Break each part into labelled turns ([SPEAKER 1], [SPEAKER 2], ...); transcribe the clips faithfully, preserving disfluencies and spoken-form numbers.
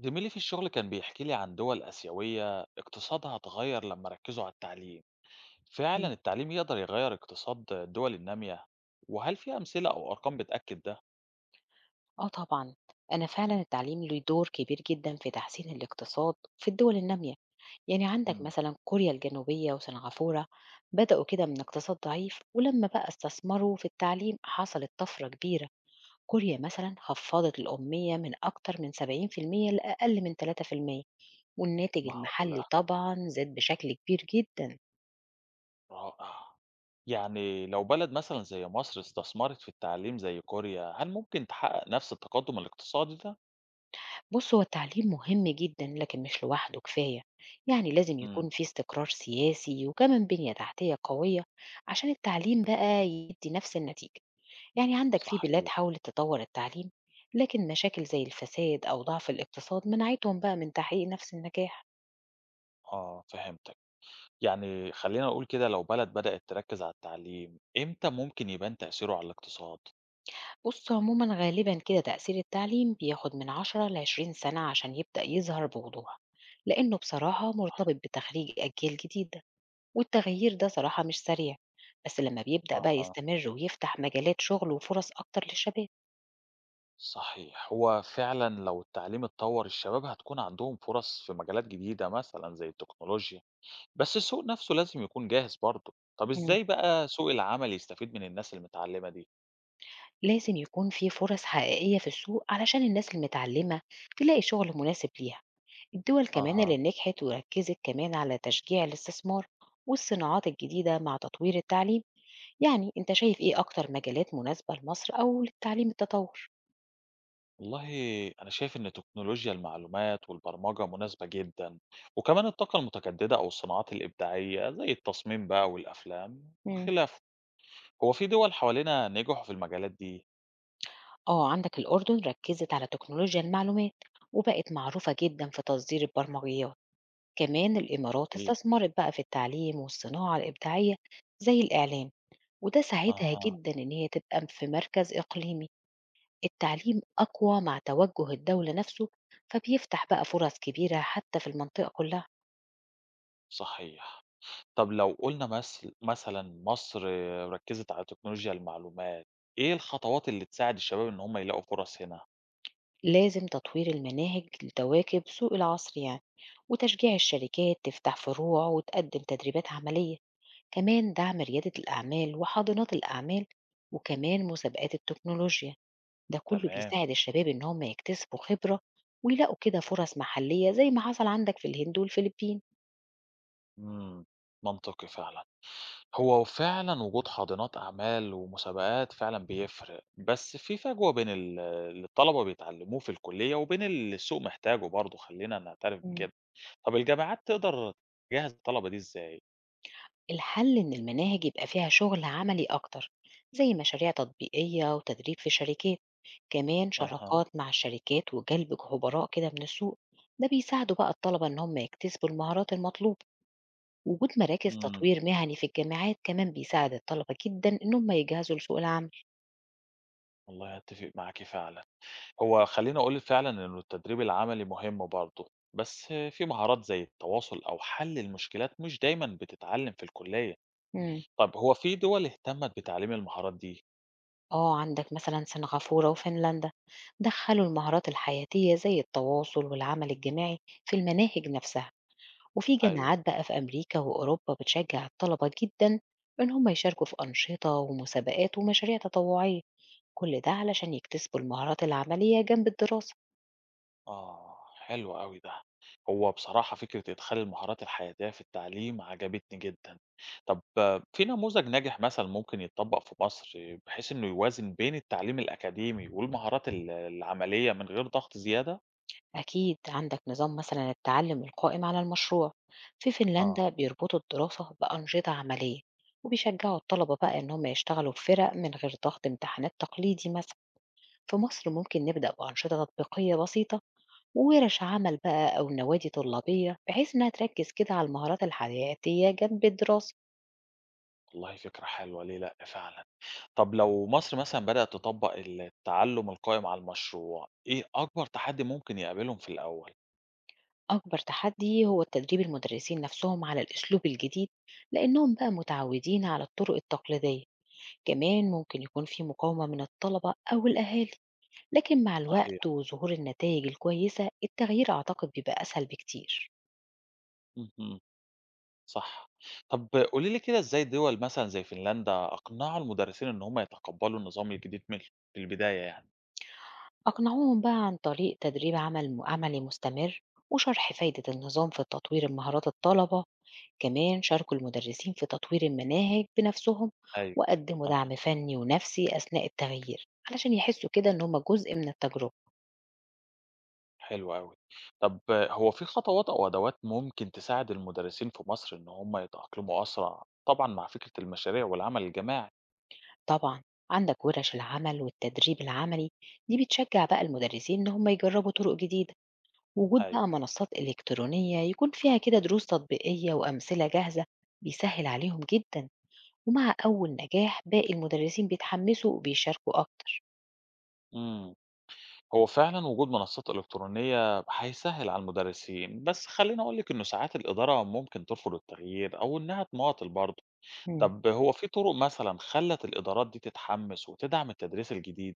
[SPEAKER 1] زميلي في الشغل كان بيحكي لي عن دول آسيوية اقتصادها اتغير لما ركزوا على التعليم.
[SPEAKER 2] إمم.
[SPEAKER 1] فعلا التعليم يقدر يغير اقتصاد الدول النامية. وهل في أمثلة أو أرقام بتأكد ده؟
[SPEAKER 2] آه طبعًا، أنا فعلًا التعليم له دور كبير جدًا في تحسين الاقتصاد في الدول النامية، يعني عندك
[SPEAKER 1] مم.
[SPEAKER 2] مثلًا كوريا الجنوبية وسنغافورة بدأوا كده من اقتصاد ضعيف، ولمّا بقى استثمروا في التعليم حصلت طفرة كبيرة، كوريا مثلًا خفّضت الأمية من أكتر من سبعين في المية لأقل من ثلاثة في المية والناتج
[SPEAKER 1] معقولة.
[SPEAKER 2] المحلي طبعًا زاد بشكل كبير جدًا.
[SPEAKER 1] رائع. يعني لو بلد مثلا زي مصر استثمرت في التعليم زي كوريا هل ممكن تحقق نفس التقدم الاقتصادي ده؟
[SPEAKER 2] بص هو التعليم مهم جدا لكن مش لوحده كفاية، يعني لازم
[SPEAKER 1] مم.
[SPEAKER 2] يكون في استقرار سياسي وكمان بنية تحتية قوية عشان التعليم بقى يدي نفس النتيجة. يعني عندك في بلاد
[SPEAKER 1] صحيح.
[SPEAKER 2] حاولت تطور التعليم لكن مشاكل زي الفساد أو ضعف الاقتصاد منعتهم بقى من تحقيق نفس النجاح.
[SPEAKER 1] اه، فهمتك. يعني خلينا نقول كده لو بلد بدأت تركز على التعليم امتى ممكن يبان تأثيره على الاقتصاد؟
[SPEAKER 2] بص عموما غالبا كده تأثير التعليم بياخد من عشرة لعشرين سنة عشان يبدأ يظهر بوضوح، لأنه بصراحة مرتبط بتخريج أجيال جديدة، والتغيير ده صراحة مش سريع، بس لما بيبدأ بقى
[SPEAKER 1] اها.
[SPEAKER 2] يستمر ويفتح مجالات شغل وفرص أكتر للشباب.
[SPEAKER 1] صحيح. هو فعلًا لو التعليم اتطوّر، الشباب هتكون عندهم فرص في مجالات جديدة مثلًا زي التكنولوجيا، بس السوق نَفْسه لازم يكون جاهز برضه. طَب
[SPEAKER 2] مم.
[SPEAKER 1] إزاي بقى سوق العمل يستفيد من الناس المتعلِّمة دي؟
[SPEAKER 2] لازم يكون في فرص حقيقية في السوق علشان الناس المتعلمة تلاقي شغل مناسب ليها. الدول كمان اللي
[SPEAKER 1] أها.
[SPEAKER 2] نجحت وركزت كمان على تشجيع الاستثمار والصناعات الجديدة مع تطوير التعليم. يعني انت شايف ايه اكتر مجالات مناسبة لمصر او للتعليم التطور؟
[SPEAKER 1] والله أنا شايف إن تكنولوجيا المعلومات والبرمجة مناسبة جدًا، وكمان الطاقة المتجددة أو الصناعات الإبداعية زي التصميم بقى والأفلام
[SPEAKER 2] مم.
[SPEAKER 1] وخلافه. هو في دول حوالينا نجحوا في المجالات دي.
[SPEAKER 2] اه عندك الأردن ركزت على تكنولوجيا المعلومات وبقت معروفة جدا في تصدير البرمجيات. كمان الإمارات
[SPEAKER 1] جميل.
[SPEAKER 2] استثمرت بقى في التعليم والصناعة الإبداعية زي الإعلام، وده ساعدها
[SPEAKER 1] أها،
[SPEAKER 2] جدا إن هي تبقى في مركز إقليمي. التعليم أقوى مع توجه الدولة نفسه، فبيفتح بقى فرص كبيرة حتى في المنطقة كلها.
[SPEAKER 1] صحيح. طب لو قُلنا مثل مثلًا مصر ركّزت على تكنولوجيا المعلومات، إيه الخطوات اللي تساعد الشباب إن هم يلاقوا فرص هنا؟
[SPEAKER 2] لازم تطوير المناهج لتواكب سوق العصر يعني، وتشجيع الشركات تفتح فروع وتقدم تدريبات عملية. كمان دعم ريادة الأعمال وحاضنات الأعمال وكمان مسابقات التكنولوجيا، ده كله
[SPEAKER 1] تمام،
[SPEAKER 2] بيساعد الشباب إن هم يكتسبوا خبرة ويلاقوا كده فرص محلية زي ما حصل عندك في الهند والفلبين.
[SPEAKER 1] إمم، منطقي فعلًا. هو فعلًا وجود حاضنات أعمال ومسابقات فعلًا بيفرق، بس في فجوة بين ال اللي الطلبة بيتعلموه في الكلية وبين اللي السوق محتاجه برضه، خلّينا نعترف
[SPEAKER 2] مم.
[SPEAKER 1] بكده. طب الجامعات تقدر تجهّز الطلبة دي إزاي؟
[SPEAKER 2] الحل إن المناهج يبقى فيها شغل عملي أكتر، زي مشاريع تطبيقية وتدريب في شركات، كمان
[SPEAKER 1] أها،
[SPEAKER 2] شراكات مع الشركات وجلب خبراء كده من السوق، ده بيساعدوا بقى الطلبة إن هم يكتسبوا المهارات المطلوبة. وجود مراكز
[SPEAKER 1] إمم،
[SPEAKER 2] تطوير مهني في الجامعات كمان بيساعد الطلبة جدا إن هم يجهزوا لسوق العمل.
[SPEAKER 1] والله أتّفق معاكِ فعلًا. هو خلّيني أقول لِك فعلًا إنه التدريب العملي مهم برضه، بس في مهارات زي التواصل أو حل المشكلات مش دايمًا بتتعلّم في الكلية،
[SPEAKER 2] مم.
[SPEAKER 1] طب هو في دول اهتمت بتعليم المهارات دي؟
[SPEAKER 2] آه عندك مثلا سنغافورة وفنلندا دخلوا المهارات الحياتية زي التواصل والعمل الجماعي في المناهج نفسها، وفي
[SPEAKER 1] أيوه،
[SPEAKER 2] جامعات بقى في أمريكا وأوروبا بتشجع الطلبة جدا إن هم يشاركوا في أنشطة ومسابقات ومشاريع تطوعية، كل ده علشان يكتسبوا المهارات العملية جنب الدراسة.
[SPEAKER 1] آه، حلو أوي ده. هو بصراحة فكرة إدخال المهارات الحياتية في التعليم عجبتني جدًا. طب آه، في نموذج ناجح مثلًا ممكن يتطبّق في مصر بحيث إنه يوازن بين التعليم الأكاديمي والمهارات ال العملية من غير ضغط زيادة؟
[SPEAKER 2] أكيد عندك نظام مثلا التعلم القائم على المشروع، في
[SPEAKER 1] آه.
[SPEAKER 2] فنلندا بيربطوا الدراسة بأنشطة عملية وبيشجعوا الطلبة بقى إن هم يشتغلوا في فرق من غير ضغط امتحانات تقليدي مثلا. في مصر ممكن نبدأ بأنشطة تطبيقية بسيطة وورش عمل بقى أو نوادي طلابية بحيث إنها تركز كده على المهارات الحياتية جنب الدراسة.
[SPEAKER 1] والله فكرة حلوة ليه لأ فعلًا. طب لو مصر مثلًا بدأت تطبّق التعلُّم القائم على المشروع، إيه أكبر تحدي ممكن يقابلهم في الأول؟
[SPEAKER 2] أكبر تحدي هو تدريب المدرسين نفسهم على الأسلوب الجديد لأنهم بقى متعودين على الطرق التقليدية، كمان ممكن يكون في مقاومة من الطلبة أو الأهالي، لكن مع
[SPEAKER 1] صحيح.
[SPEAKER 2] الوقت وظهور النتائج الكويسة التغيير أعتقد بيبقى أسهل بكتير.
[SPEAKER 1] اهم، صح. طب قولي لي كده إزاي دول مثلًا زي فنلندا أقنعوا المدرسين إن هم يتقبّلوا النظام الجديد من في البداية يعني؟
[SPEAKER 2] أقنعوهم بقى عن طريق تدريب عمل عملي مستمر وشرح فايدة النظام في تطوير مهارات الطلبة، كمان شاركوا المدرسين في تطوير المناهج بنفسهم،
[SPEAKER 1] أيوه.
[SPEAKER 2] وقدموا
[SPEAKER 1] أها،
[SPEAKER 2] دعم فني ونفسي أثناء التغيير علشان يحسوا كده إن هم جزء من التجربة.
[SPEAKER 1] حلو أوي. طب هو في خطوات أو أدوات ممكن تساعد المدرسين في مصر إن هم يتأقلموا أسرع، طبعًا مع فكرة المشاريع والعمل الجماعي؟
[SPEAKER 2] طبعا، عندك ورش العمل والتدريب العملي، دي بتشجع بقى المدرسين إن هم يجربوا طرق جديدة. وجود
[SPEAKER 1] أيوه.
[SPEAKER 2] بقى منصات إلكترونية يكون فيها كده دروس تطبيقية وأمثلة جاهزة بيسهل عليهم جدا، ومع أول نجاح باقي المدرسين بيتحمسوا وبيشاركوا أكتر.
[SPEAKER 1] إمم. هو فعلا وجود منصات إلكترونية هيسهل على المدرسين، بس خليني أقول لك إنه ساعات الإدارة ممكن ترفض التغيير أو إنها تماطل برضه.
[SPEAKER 2] مم.
[SPEAKER 1] طب هو في طرق مثلا خلت الإدارات دي تتحمس وتدعم التدريس الجديد؟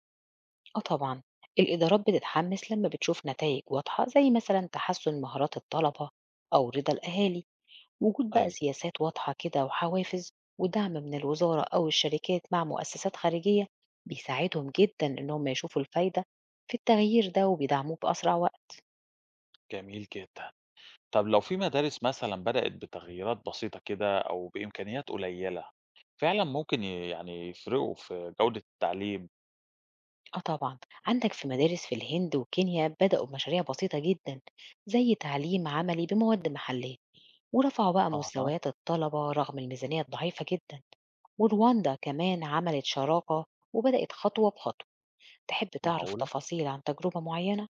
[SPEAKER 2] آه طبعا، الإدارات بتتحمس لما بتشوف نتائج واضحة زي مثلا تحسن مهارات الطلبة أو رضا الأهالي. وجود بقى
[SPEAKER 1] أيوه.
[SPEAKER 2] سياسات واضحة كده وحوافز ودعم من الوزارة أو الشركات مع مؤسسات خارجية بيساعدهم جدا إنهم يشوفوا الفايدة في التغيير ده وبيدعموه بأسرع وقت.
[SPEAKER 1] جميل جدا. طب لو في مدارس مثلا بدأت بتغييرات بسيطة كده أو بإمكانيات قليلة، فعلا ممكن ي- يعني يفرقوا في جودة التعليم؟
[SPEAKER 2] آه طبعا، عندك في مدارس في الهند وكينيا بدأوا بمشاريع بسيطة جدا زي تعليم عملي بمواد محلية، ورفعوا بقى
[SPEAKER 1] أها.
[SPEAKER 2] مستويات الطلبة رغم الميزانية الضعيفة جدا. ورواندا كمان عملت شراكة وبدأت خطوة بخطوة. تحب تعرف
[SPEAKER 1] معقولة.
[SPEAKER 2] تفاصيل عن تجربة معينة؟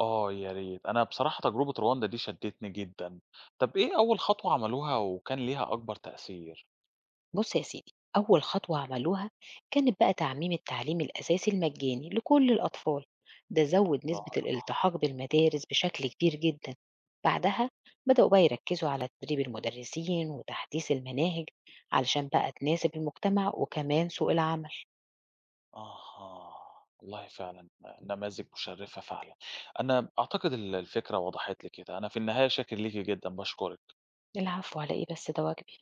[SPEAKER 1] آه، يا ريت. أنا بصراحة تجربة رواندا دي شدّتني جدًا. طَب إيه أول خطوة عملوها وكان ليها أكبر تأثير؟
[SPEAKER 2] بص يا سيدي أول خطوة عملوها كانت بقى تعميم التعليم الأساسي المجاني لكل الأطفال، ده زود نسبة
[SPEAKER 1] رائع.
[SPEAKER 2] الالتحاق بالمدارس بشكل كبير جدا. بعدها بدأوا بقى يركزوا على تدريب المدرسين وتحديث المناهج علشان بقى تناسب المجتمع وكمان سوق العمل.
[SPEAKER 1] أها، والله فعلًا نماذج مُشرّفة فعلًا. أنا أعتقد ال الفكرة وضحت لي كده. أنا في النهاية شاكر ليكِ جدًا، باشكرِك.
[SPEAKER 2] العفو، على إيه بس؟ ده واجب.